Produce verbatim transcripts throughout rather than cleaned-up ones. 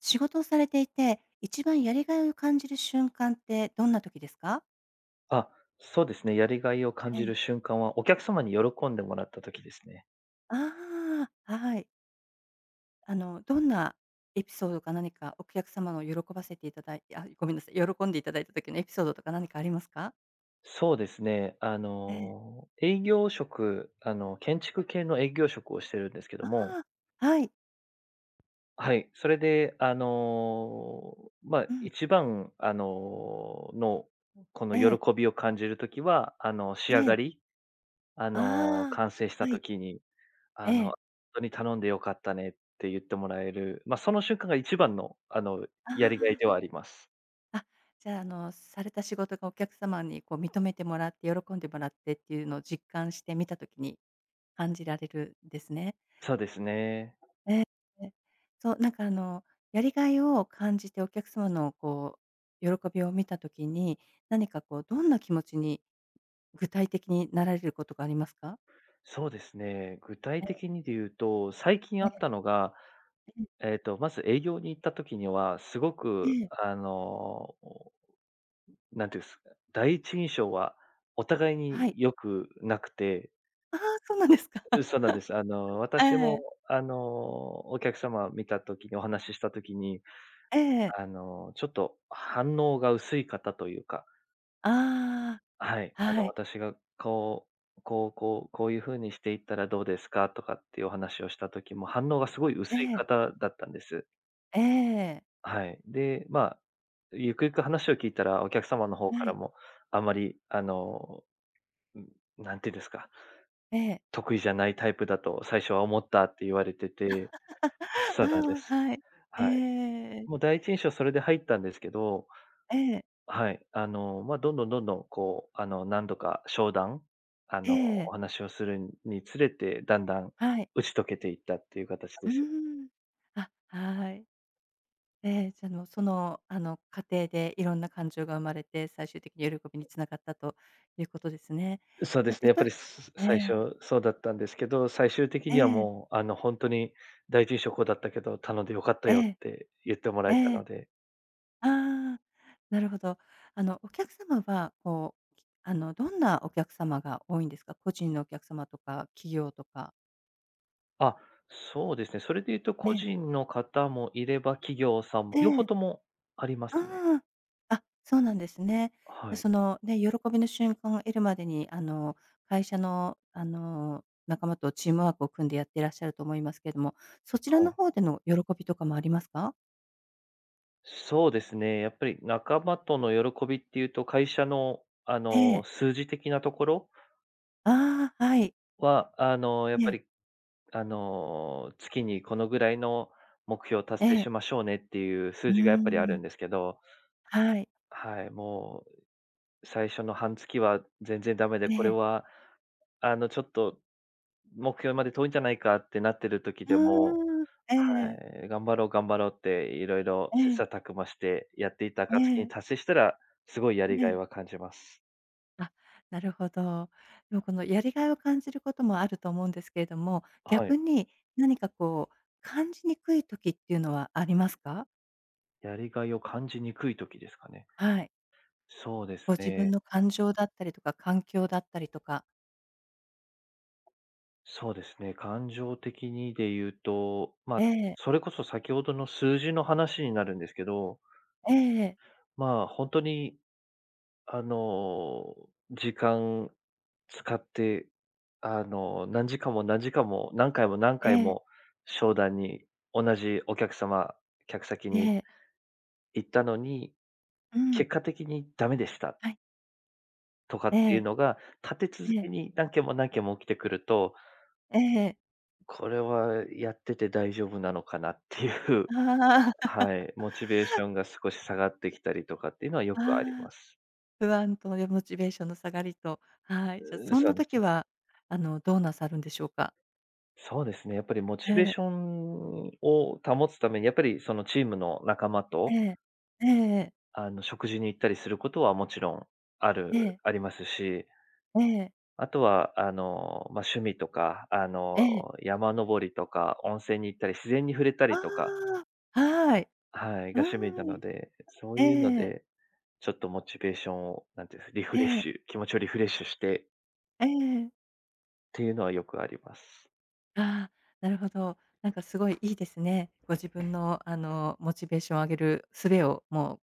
仕事をされていて、一番やりがいを感じる瞬間ってどんな時ですか？あ、そうですね。やりがいを感えじえ。る瞬間は、お客様に喜んでもらった時ですね。ああ、はい。あの、どんなエピソードか何かお客様の喜ばせていただいあ、ごめんなさい、喜んでいただいた時のエピソードとか何かありますか？そうですね。あええ。の、営業職、あの、建築系の営業職をしてるんですけどあも、あ、はい。はい。それで、あの、まあ、うん。一番、あの、の、このええ、喜びを感じる時は、あの、仕え上がえ。り、あの、ああ、完成したはい。時に、えあの、え。「本当に頼んでよかったね」って言ってもらえる、まあ、その瞬間が一番の、あの、あやりがいではああ。ります。あ、じゃあ、あの、された仕事がお客様にこう認めてもらって、喜んでもらってっていうのを実感して見た時に感じられるんですね。そうですね。ええ、ええ。そう、なんかあの、やりがいを感じてお客様のこう、喜びを見た時に、何かこう、どんな気持ちに具体的になられることがありますか？そうですね。具体え的にで言うと、最近えあっえたえのが、ええ。えっと、まず営業に行った時には、すごえく、え。あの、なんていうんですか、第一印象はお互いはにい。良くなくて。ああ、そうなんですか。そうなんです。あの、え私も、え。あの、お客様見た時に、お話しした時に、ええ。あの、ちょっと反応が薄い方というか、あはい、あ、あはの、い。私がこう、こうこう、こういう風にしていったらどうですかとかっていうお話をした時も、反応がすごいえ薄いえ。方だったんです。ええ。はい。で、まあ、ゆくゆく話を聞いたら、お客様の方はからい。も、あまり、あの、うん、ていうんですか、ええ。得意じゃないタイプだと最初は思ったって言われてて、 そあうなんであ、す。はい。えはい。もうえ。第一印象それで入ったんですけど、ええ。はい。あの、まあ、どんどんどんどん、こう、あの、何度か商談、あえの、おえ。話をするにつれて、だんだんはい。打ち解けていったっていう形でうすよ。ーん。あ、はい。ええ、じゃ、あの、その、あの、過程でいろんな感情が生まれて、最終的に喜びにつながったということですね。そうでえ、すね、たやっとぱり、えすえ最え、初そうだったんですけど、最終的えにはえ、もう、あの、本当に「第一印象こうだったけど、頼んでよかったえよ」っえ、て言ってもらええたのえ、で。ああ、なるほど。あの、お客様は、こう、きあの、どんなお客様が多いんですか？個人のお客様とか企業とか。あ、そうですね、それで言うとえ個え、人の方もいれば、企業さんもえ両方え。ともありますね。ああ、あ、そうなんですね。で、はい、そのね、喜びの瞬間を得るまでに、あの、会社の、あの、仲間とチームワークを組んでやっていらっしゃると思いますけれども、そちらはのい。方での喜びとかもありますか？そうですね。やっぱり仲間との喜びっていうと、会社の、あえの、え。数字的なところああ、はい。は、あの、やっえぱえ、り、あの、月にこのぐらいの目標をえ達成え。しましょうねっていう数う字がやっぱりあーるんん。ですけど、はい。はい、もう最初の半月は全然ダメで、えこれえ。は、あの、ちょっと目標まで遠いんじゃないかってなってる時うでも、ーん。はい。頑張ろう頑張ろうっていろいろえ切え、磋琢磨してやっていた暁にええ、達成したら、すごいやりええ、えがいはえ。感じます。あ、なるほど。でもこのやりがいを感じることもあると思うんですけれども、はい。逆に何かこう感じにくい時っていうのはありますか？やりがいを感じにくい時ですかね。はい。そうですご自ね。分の感情だったりとか、環境だったりとか。そうですね。感情的にで言うと、まあ、ええ、それこそ先ほどの数字の話になるんですけど、ええ、まあ、本当にあの、時間使って、あの、何時間も何時間も、何回も何え回え、も商談に、同じお客様、客先えにえ、行ったのに、うん、結果的にダメでしたはい。とかえっていうえ、のが、立て続えけえ、に何件も何件も起きてくると、ええ。これはやってて大丈夫なのかなっていう、ああ、はい、モチベーションが少し下がってきたりとかっていうのはよくありああ、ます。不安とねモチベーションの下がりと、はい。じゃあ、うん、そんそうなです。時は、あの、どうなさるんでしょうか？そうですね、やっぱりモえチベーえ、ションを保つために、やっぱりそのチームの仲間えと、え、ええ、あの、食事に行ったりすることはもちろんあるええ、ありますし、ええ。あとは、あの、まあ、趣味とか、あの、ええ。山登りとか、温泉に行ったり、自然に触れたりとか、ああ、はい。はい、うが趣味なーのん。で、そうえいうのえ、で、ちょっとモチベーションを、なんていうんです、リフえレッえ、シュ気持ちをリフレッシュしてええ。っていうのはよくあります。ああ、なるほど。なんかすごいいいですね。ご自分のあの、モチベーションを上げる術をも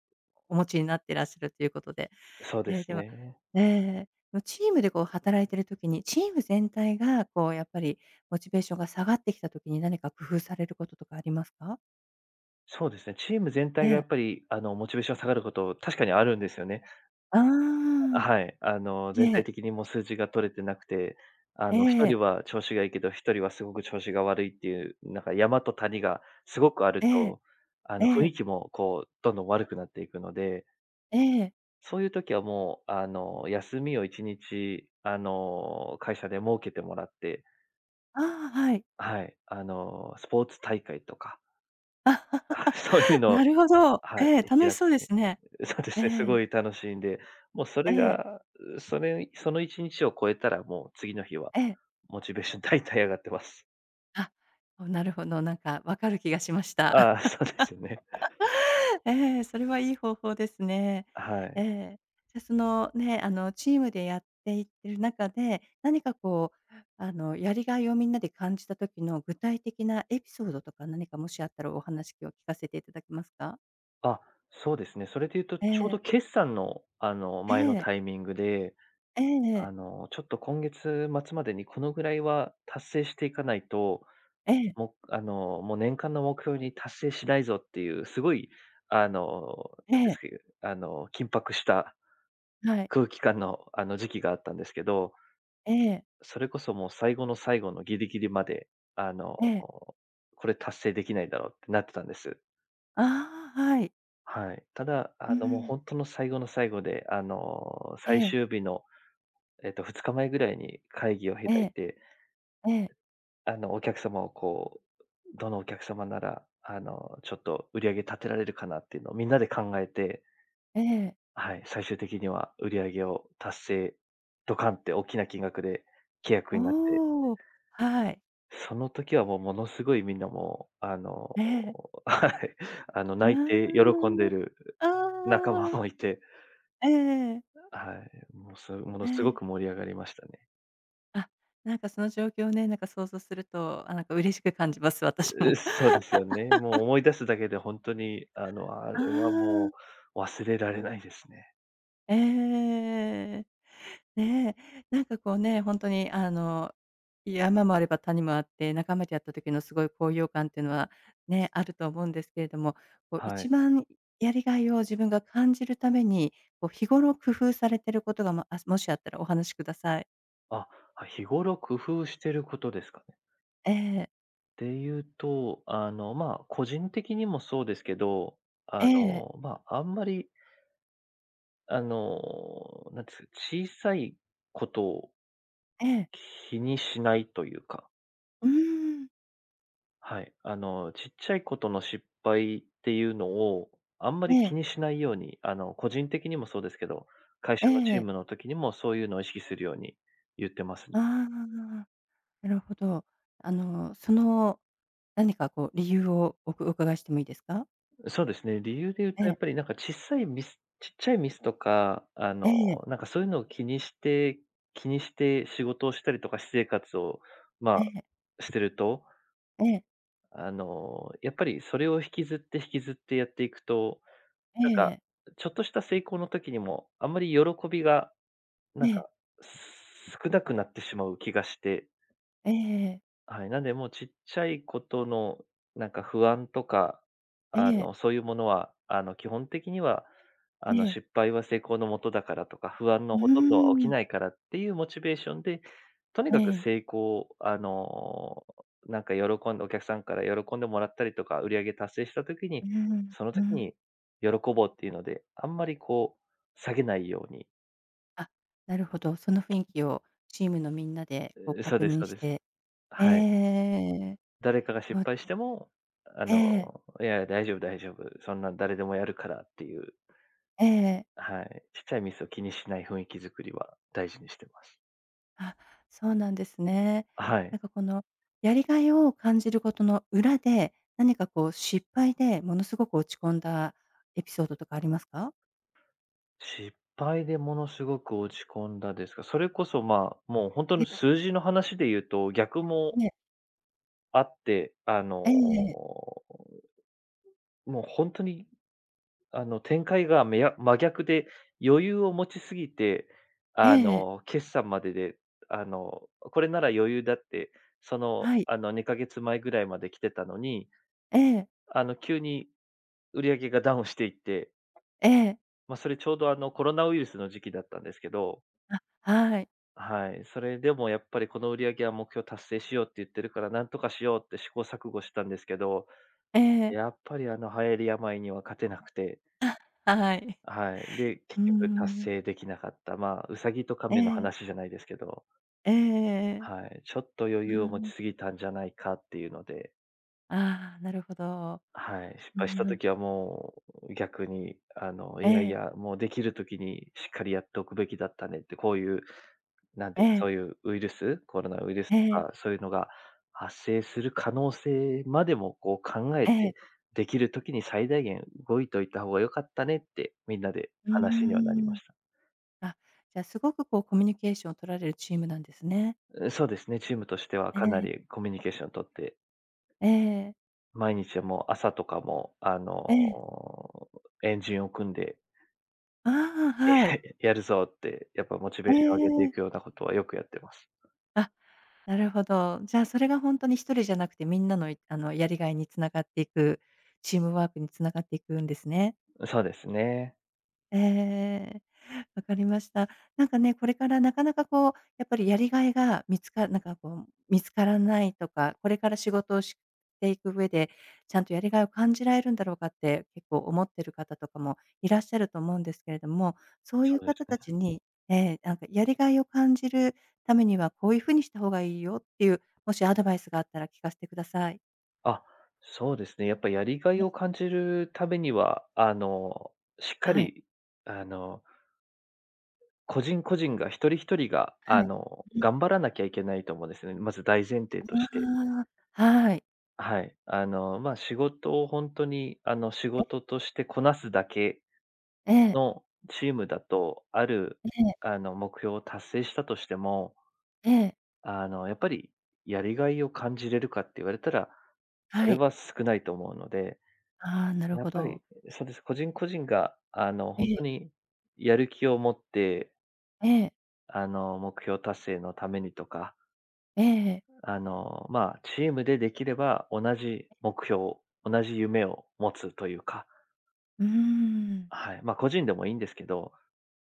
うお持ちになってらっしゃるということで。そうでええ、すではね。ええ、のチームでこう働いてる時に、チーム全体がこうやっぱりモチベーションが下がってきた時に何か工夫されることとかありますか？そうですね、チーム全え体がやえ。っぱり、あの、モチベーション下がること、確かにあるんですよね。ああ。はい。あの、え全体え、的にもう数字が取れてなくて、あえの、一人え、は調子がいいけど、一人はすごく調子が悪いっていう、なんか山と谷がすごくあるええ、と、あえの、雰え、囲気もこう、どんどん悪くなっていくので、ええ。そういう時はもう、あの、休みをいちにち、あの、会社で設けてもらって、ああ、はい。はい、あの、スポーツ大会とか、あ そういうのなを、るほど。はええ、い、楽開しく。 そうですね。そうでえすね、すえ、ごい楽しいんで、もうそえれえ、が、それそのいちにちを超えたら、もう次の日はええ。モチベーション大体上がってます。あ、おなるほど、なんかわかる気がしまし あた。あ、そうで すよね。ええ、それはいい方法ですね。はえい。え。じゃ、そのね、あの、チームでやっていってる中で、何かこう、あの、やりがいをみんなで感じた時の具体的なエピソードとか何かもしあったらお話を聞かせていただけますか？あ、そうですね。それで言うと、ちえょうどえ、決算の、あの、え前のえ、タイミングで、えええあえ、の、ちょっと今月末までにこのぐらいは達成していかないと、ええ、もう、あの、もう年間の目標に達成しないぞっていう、すごい、あの、えなんですえ、けど、あの、緊迫したはい、空気感の、あの、時期があったんですけど、ええ、それこそもう最後の最後のギリギリまで、あの、ええ。これ達成できないだろうってなってたんです。ああ、はい。はい。ただ、うあの、もうん。本当の最後の最後で、あの、え最え、終日の、えっと、ふつかまえぐらいに会議を開えいえ、て、ええ、あの、お客様をこう、どのお客様なら、あの、ちょっと売り上げ立てられるかなっていうのをみんなで考えて、ええ。はい、最終的には売り上げを達成、ドカンって大きな金額で契約になって、おお、はい。その時はもうものすごいみんなもう、あの、ええ。はい、あの、う泣いて喜んでーん。る仲間ああ、もいて、ええ、はい、もうすものえすごくえ。盛り上がりましたね。あ、なんかその状況ね、なんか想像すると、あ、なんか嬉しく感じます、私う、も。そうですよね。もう思い出すだけで本当に、あの、あ あれはもあ、う忘れられないですね。ええね、なんかこうね、ほんとにあの山もあれば谷もあって、仲間でやった時のすごい高揚感っていうのはね、あると思うんですけれども、こうは一い。番やりがいを自分が感じるために、こう日頃工夫されてることが、ま、あ、もしあったらお話しください。あ、は、日頃工夫してることですかね。ええ、でいうと、あの、まあ、個人的にもそうですけど、あええ、の、まあ、あんまりあの、なんですか、小さいことをええ、気にしないというか、うーん、はい。あの、ちっちゃいことの失敗っていうのを、あんまえり気え、にしないように、あの、個人的にもそうですけど、会え社のチーえ、ムの時にもそういうのを意識するように言ってますね。ああ、なるほど。あの、その何かこう理由をおくお伺いしてもいいですか？そうですね、理由で言うと、やっえぱりなんか小さいミスちっちゃいミスとか、あの、ええ、なんかそういうのを気にして気にして仕事をしたりとか私生活を、まえあ、え、してると、ええ、あの、やっぱりそれを引きずって引きずってやっていくと、えなんか、え、ちょっとした成功の時にも、あんまり喜びが、なえんか、え、す少なくなってしまう気がして。ええ、はい、なんでもうちっちゃいことの、なんか不安とか、えあえ、の、そういうものは、あの、基本的には、あええ、の、ええ。失敗は成功のもとだからとか、不安のうほとんどは起ーきん。ないからっていうモチベーションで、とにえかく成え。功を、あの、なんか喜んでお客さんから喜んでもらったりとか、売り上げ達成した時うに、ん、そのう時ん。に喜ぼうっていうので、あんまりこう、下げないように。あ、なるほど。その雰囲気をチームのみんなでこううん、そう確です認そうしです。て。えはい。え誰かが失そうで敗してす。も、あえの、え、いや、大丈夫大丈夫、そんな誰でもやるからっていう、ええ。はい、ちっちゃいミスを気にしない雰囲気作りは大事にしてます。あ、そうなんですね。はい。なんかこのやりがいを感じることの裏で、何かこう失敗でものすごく落ち込んだエピソードとかありますか？失敗でものすごく落ち込んだですが、それこそ、まあ、もう本当え、の数字の話で言うと、逆もええ、あって、あの、ええええ、もう本当にあの、展開がめや真逆で、余裕を持ちすぎて、えあえ、の、決算までで、あの、これなら余裕だって、その、はい、あの、にかげつまえぐらいまで来てたのに、ええ、あの、急に売り上げがダウンしていって、ええ、まあ、それちょうど、あの、コロナウイルスの時期だったんですけど、あ、はい、はい、それでもやっぱりこの売り上げは目標達成しようって言ってるから、なんとかしようって試行錯誤したんですけど、ええ、やっぱり、あの、流行り病には勝てなくてはい。はい。で、う結ー局達ん、成できなかった。まあ、ウサギとえ亀のえ。話じゃないですけど、ええええ。はい。ちょっと余う裕を持ちん。すぎたんじゃないかっていうので、ああ、なるほど。はい。失う敗したんうん。時はもう逆に、あの、えいやいえ、や、もうできる時にしっかりやっておくべきだったねって、こういう、なんえて、え、そういうウイルス、コロナウイルスえとえ、か、そういうのが発生する可能性までもこう考ええて、え。できる時に最大限動いといた方が良かったねって、みんなでうー話にはなりまん。した。あ、じゃあすごくこうコミュニケーションを取られるチームなんですね。そうですね、チームとしてはえかなえ、りコミュニケーションを取って、ええ、毎日はもう朝とかも、あの、ええ。ジンを組んで、ああ、はい。やるぞって、やっぱモチベーええションをええ。ああ上げてはいいえくようえなことはよくやってます。あなるほど。じゃあそれがほんとに一人じゃなくてみんなの、いあの、やりがいに繋がっていく、チームワークに繋がっていくんですね。そうですね。ええ。わかりました。なんかね、これからなかなかこう、やっぱりやりがいが見つかなんかこう、見つからないとか、これから仕事をしていく上で、ちゃんとやりがいを感じられるんだろうかって結構思ってる方とかもいらっしゃると思うんですけれども、そういそううです方ね。たちに、ええ、なんかやりがいを感じるためにはこういう風にした方がいいよっていう、もしアドバイスがあったら聞かせてください。あ、そうですね。やっぱやりがいを感じるためには、あの、しっかはい。り、あの、個人個人が一人一人が、あはい。の、頑う張らなきゃいけないと思うんですね。まず大前提として。ん、ああ、はい。はい。あの、まあ、仕事を本当に、あの、仕ええ事としてこなすだけええ、のチームだと、ある、ええ、あの、目標を達成したとしても、ええ、あの、やっぱりやりがいを感じれるかって言われたら、そはれい。は少ないと思うので、ああ、なるやほっぱど。り、そうです、個人個人が、あの、え本当え。にやる気を持って、ええ、あの、目標達成のためにとか、ええ、あの、まあ、チームでできれば同じ目標、同じ夢を持つというかうーん。はい、まあ、個人でもいいんですけど、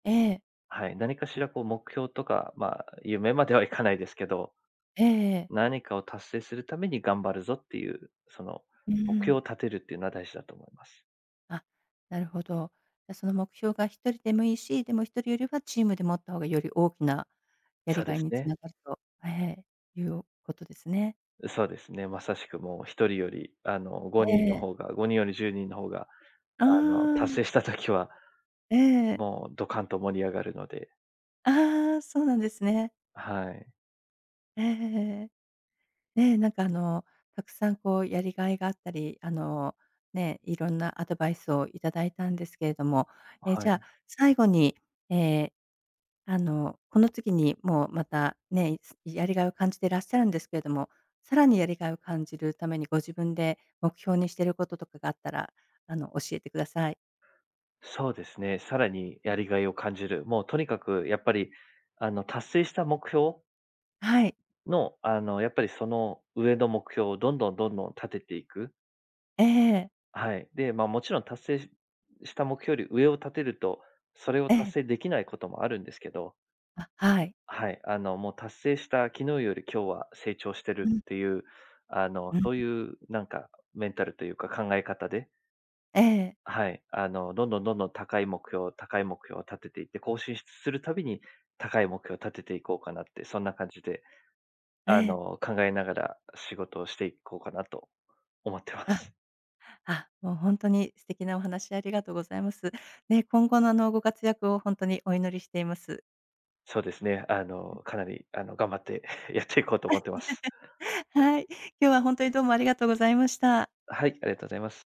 ええ、はい、何かしらこう目標とか、まあ、夢まではいかないですけど、ええええ、うーんええええ何かを達成するために頑張るぞっていう、そのうー目標んを立てるっていうのは大事だと思います。あ、なるほど。じゃ、その目標が一人でもいいし、でも一人よりはチームで持った方がより大きなやそりうでがいすにつね。ながると、ええ、いうことですね。そうですね、まさしくもうひとりより、あの、えごにんのえ、方がごにんよりじゅうにんの方が、ああの、達あ、成した時は、ええ。もうドカンと盛り上がるので、ああ、そうなんですね。はい、ええええええ。ねえ、なんかあの、たくさんこうやりがいがあったり、あの、ね、いろんなアドバイスをいただいたんですけれども、え、はじゃあい。最後に、えーあの、この次にもうまたね、いやりがいを感じていらっしゃるんですけれども、さらにやりがいを感じるためにご自分で目標にしていることとかがあったら、あの、教えてください。そうですね、さらにやりがいを感じる。もうとにかくやっぱり、あの、達成した目標はい。の、あの、やっぱりその上の目標をどんどんどんどん立てていく。ええ、はい。で、ま、もちろん達成しした目標より上を立てると、それをえ達え。成できないこともあるんですけど、あ、はい。はい、あの、もう達成した昨日より今日は成長してうるん、っていう、あの、うん。そういうなんかメンタルというか考え方で、ええ、はい、あの、どんどんどんどん高い目標高い目標を立てていって、更新するたびに高い目標を立てていこうかなって、そんな感じで、えあえ、の、考えながら仕事をしていこうかなと思ってまあ。す。あ、もう本当に素敵なお話ありがとうございます。ね、今後のあの、ご活躍を本当にお祈りしています。そうですね。あの、かなり、あの、頑張って やっていこうと思ってます。はい、今日は本当にどうもありがとうございました。はい、ありがとうございます。